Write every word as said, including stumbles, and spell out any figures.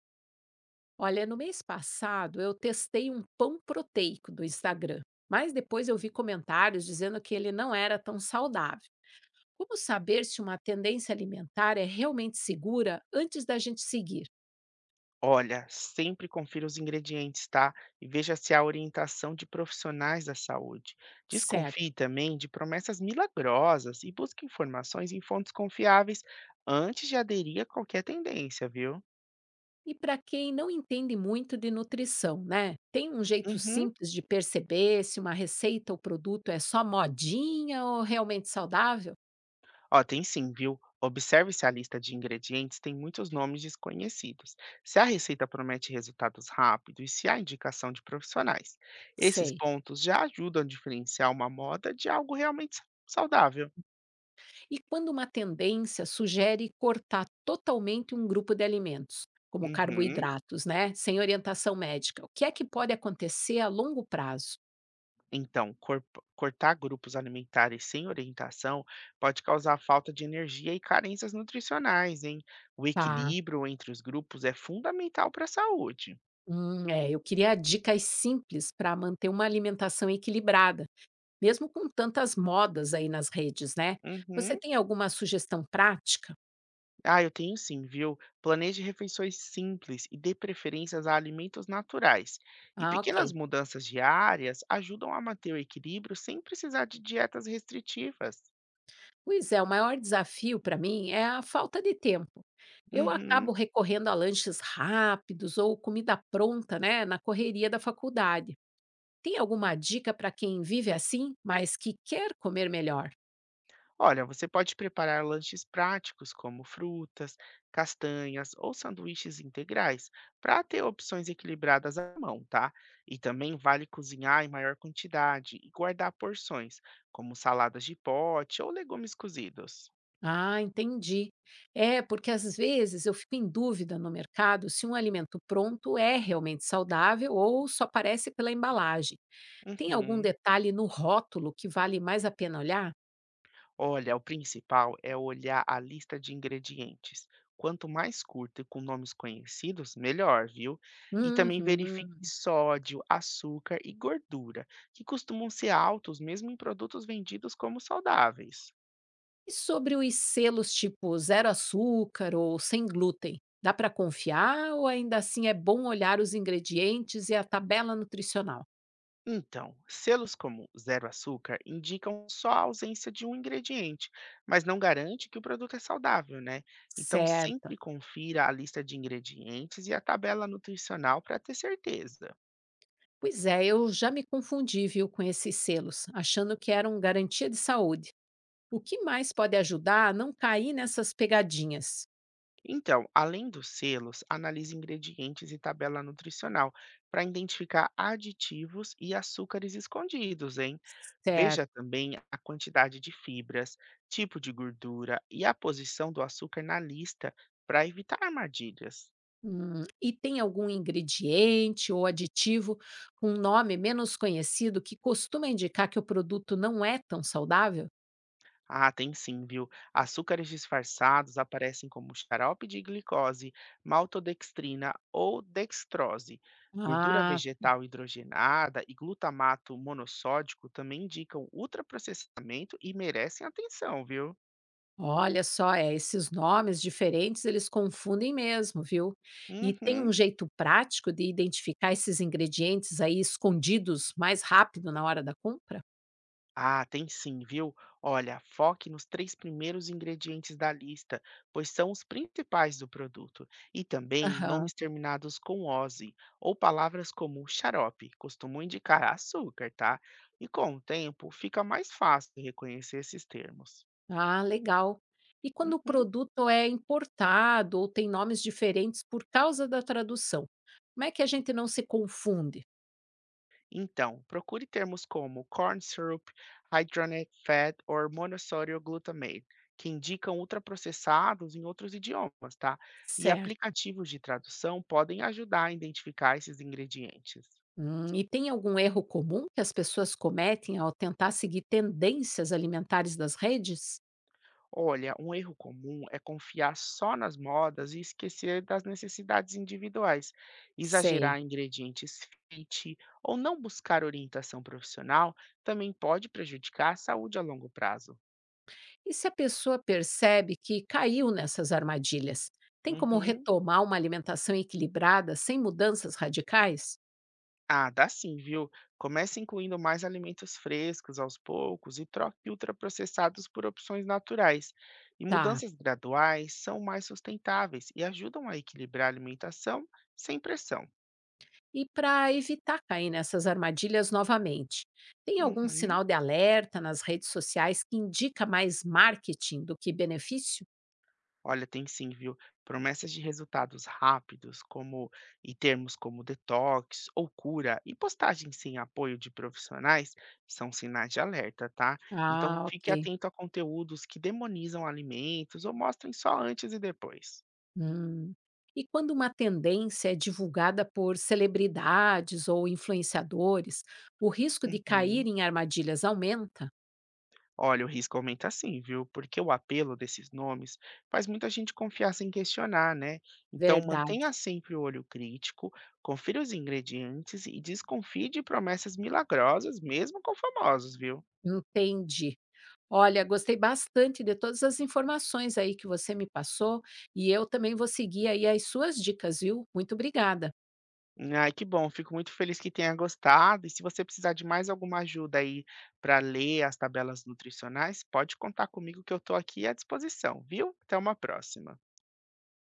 Olha, no mês passado eu testei um pão proteico do Instagram, mas depois eu vi comentários dizendo que ele não era tão saudável. Como saber se uma tendência alimentar é realmente segura antes da gente seguir? Olha, sempre confira os ingredientes, tá? E veja se há orientação de profissionais da saúde. Certo. Desconfie também de promessas milagrosas e busque informações em fontes confiáveis antes de aderir a qualquer tendência, viu? E para quem não entende muito de nutrição, né? Tem um jeito Uhum. simples de perceber se uma receita ou produto é só modinha ou realmente saudável? Ó, tem sim, viu? Observe se a lista de ingredientes tem muitos nomes desconhecidos, se a receita promete resultados rápidos e se há indicação de profissionais. Esses Sei. pontos já ajudam a diferenciar uma moda de algo realmente saudável. E quando uma tendência sugere cortar totalmente um grupo de alimentos, como Uhum. carboidratos, né, sem orientação médica, o que é que pode acontecer a longo prazo? Então, corp- cortar grupos alimentares sem orientação pode causar falta de energia e carências nutricionais, hein? O Tá. equilíbrio entre os grupos é fundamental para a saúde. Hum, é, eu queria dicas simples para manter uma alimentação equilibrada, mesmo com tantas modas aí nas redes, né? Você Uhum. tem alguma sugestão prática? Ah, eu tenho sim, viu? Planeje refeições simples e dê preferências a alimentos naturais. E Ah, pequenas ok. mudanças diárias ajudam a manter o equilíbrio sem precisar de dietas restritivas. Pois é, o maior desafio para mim é a falta de tempo. Eu acabo Uhum. recorrendo a lanches rápidos ou comida pronta, né, na correria da faculdade. Tem alguma dica para quem vive assim, mas que quer comer melhor? Olha, você pode preparar lanches práticos como frutas, castanhas ou sanduíches integrais para ter opções equilibradas à mão, tá? E também vale cozinhar em maior quantidade e guardar porções, como saladas de pote ou legumes cozidos. Ah, entendi. É, porque às vezes eu fico em dúvida no mercado se um alimento pronto é realmente saudável ou só aparece pela embalagem. Tem algum Uhum. detalhe no rótulo que vale mais a pena olhar? Olha, o principal é olhar a lista de ingredientes. Quanto mais curta e com nomes conhecidos, melhor, viu? E também verifique Uhum. sódio, açúcar e gordura, que costumam ser altos mesmo em produtos vendidos como saudáveis. E sobre os selos tipo zero açúcar ou sem glúten, dá para confiar ou ainda assim é bom olhar os ingredientes e a tabela nutricional? Então, selos como zero açúcar indicam só a ausência de um ingrediente, mas não garante que o produto é saudável, né? Então, Certo. sempre confira a lista de ingredientes e a tabela nutricional para ter certeza. Pois é, eu já me confundi, viu, com esses selos, achando que eram garantia de saúde. O que mais pode ajudar a não cair nessas pegadinhas? Então, além dos selos, analise ingredientes e tabela nutricional para identificar aditivos e açúcares escondidos, hein? Certo. Veja também a quantidade de fibras, tipo de gordura e a posição do açúcar na lista para evitar armadilhas. Hum, e tem algum ingrediente ou aditivo com um nome menos conhecido que costuma indicar que o produto não é tão saudável? Ah, tem sim, viu? Açúcares disfarçados aparecem como xarope de glicose, maltodextrina ou dextrose. Gordura Ah. vegetal hidrogenada e glutamato monossódico também indicam ultraprocessamento e merecem atenção, viu? Olha só, é, esses nomes diferentes eles confundem mesmo, viu? E tem um Uhum. jeito prático de identificar esses ingredientes aí escondidos mais rápido na hora da compra? Ah, tem sim, viu? Olha, foque nos três primeiros ingredientes da lista, pois são os principais do produto, e também Aham. nomes terminados com "-ose" ou palavras como xarope, costumam indicar açúcar, tá? E com o tempo, fica mais fácil reconhecer esses termos. Ah, legal. E quando o Uhum. produto é importado ou tem nomes diferentes por causa da tradução, como é que a gente não se confunde? Então, procure termos como corn syrup, hydrogenated fat ou monossódio glutamate, que indicam ultraprocessados em outros idiomas, tá? E Certo. aplicativos de tradução podem ajudar a identificar esses ingredientes. Hum, e tem algum erro comum que as pessoas cometem ao tentar seguir tendências alimentares das redes? Olha, um erro comum é confiar só nas modas e esquecer das necessidades individuais, Sei. exagerar em ingredientes fit ou não buscar orientação profissional também pode prejudicar a saúde a longo prazo. E se a pessoa percebe que caiu nessas armadilhas, tem como Uhum. retomar uma alimentação equilibrada sem mudanças radicais? Ah, dá sim, viu? Comece incluindo mais alimentos frescos aos poucos e troque ultraprocessados por opções naturais. E Tá. mudanças graduais são mais sustentáveis e ajudam a equilibrar a alimentação sem pressão. E para evitar cair nessas armadilhas novamente, tem algum Uhum. sinal de alerta nas redes sociais que indica mais marketing do que benefício? Olha, tem sim, viu? Promessas de resultados rápidos, como e termos como detox ou cura, e postagens sem apoio de profissionais são sinais de alerta, tá? Então Ah, fique ok. atento a conteúdos que demonizam alimentos ou mostrem só antes e depois. Hum. E quando uma tendência é divulgada por celebridades ou influenciadores, o risco de cair Uhum. em armadilhas aumenta? Olha, o risco aumenta sim, viu? Porque o apelo desses nomes faz muita gente confiar sem questionar, né? Então, Verdade. mantenha sempre o olho crítico, confira os ingredientes e desconfie de promessas milagrosas, mesmo com famosos, viu? Entendi. Olha, gostei bastante de todas as informações aí que você me passou e eu também vou seguir aí as suas dicas, viu? Muito obrigada. Ai, que bom, fico muito feliz que tenha gostado. E se você precisar de mais alguma ajuda aí para ler as tabelas nutricionais, pode contar comigo que eu estou aqui à disposição, viu? Até uma próxima.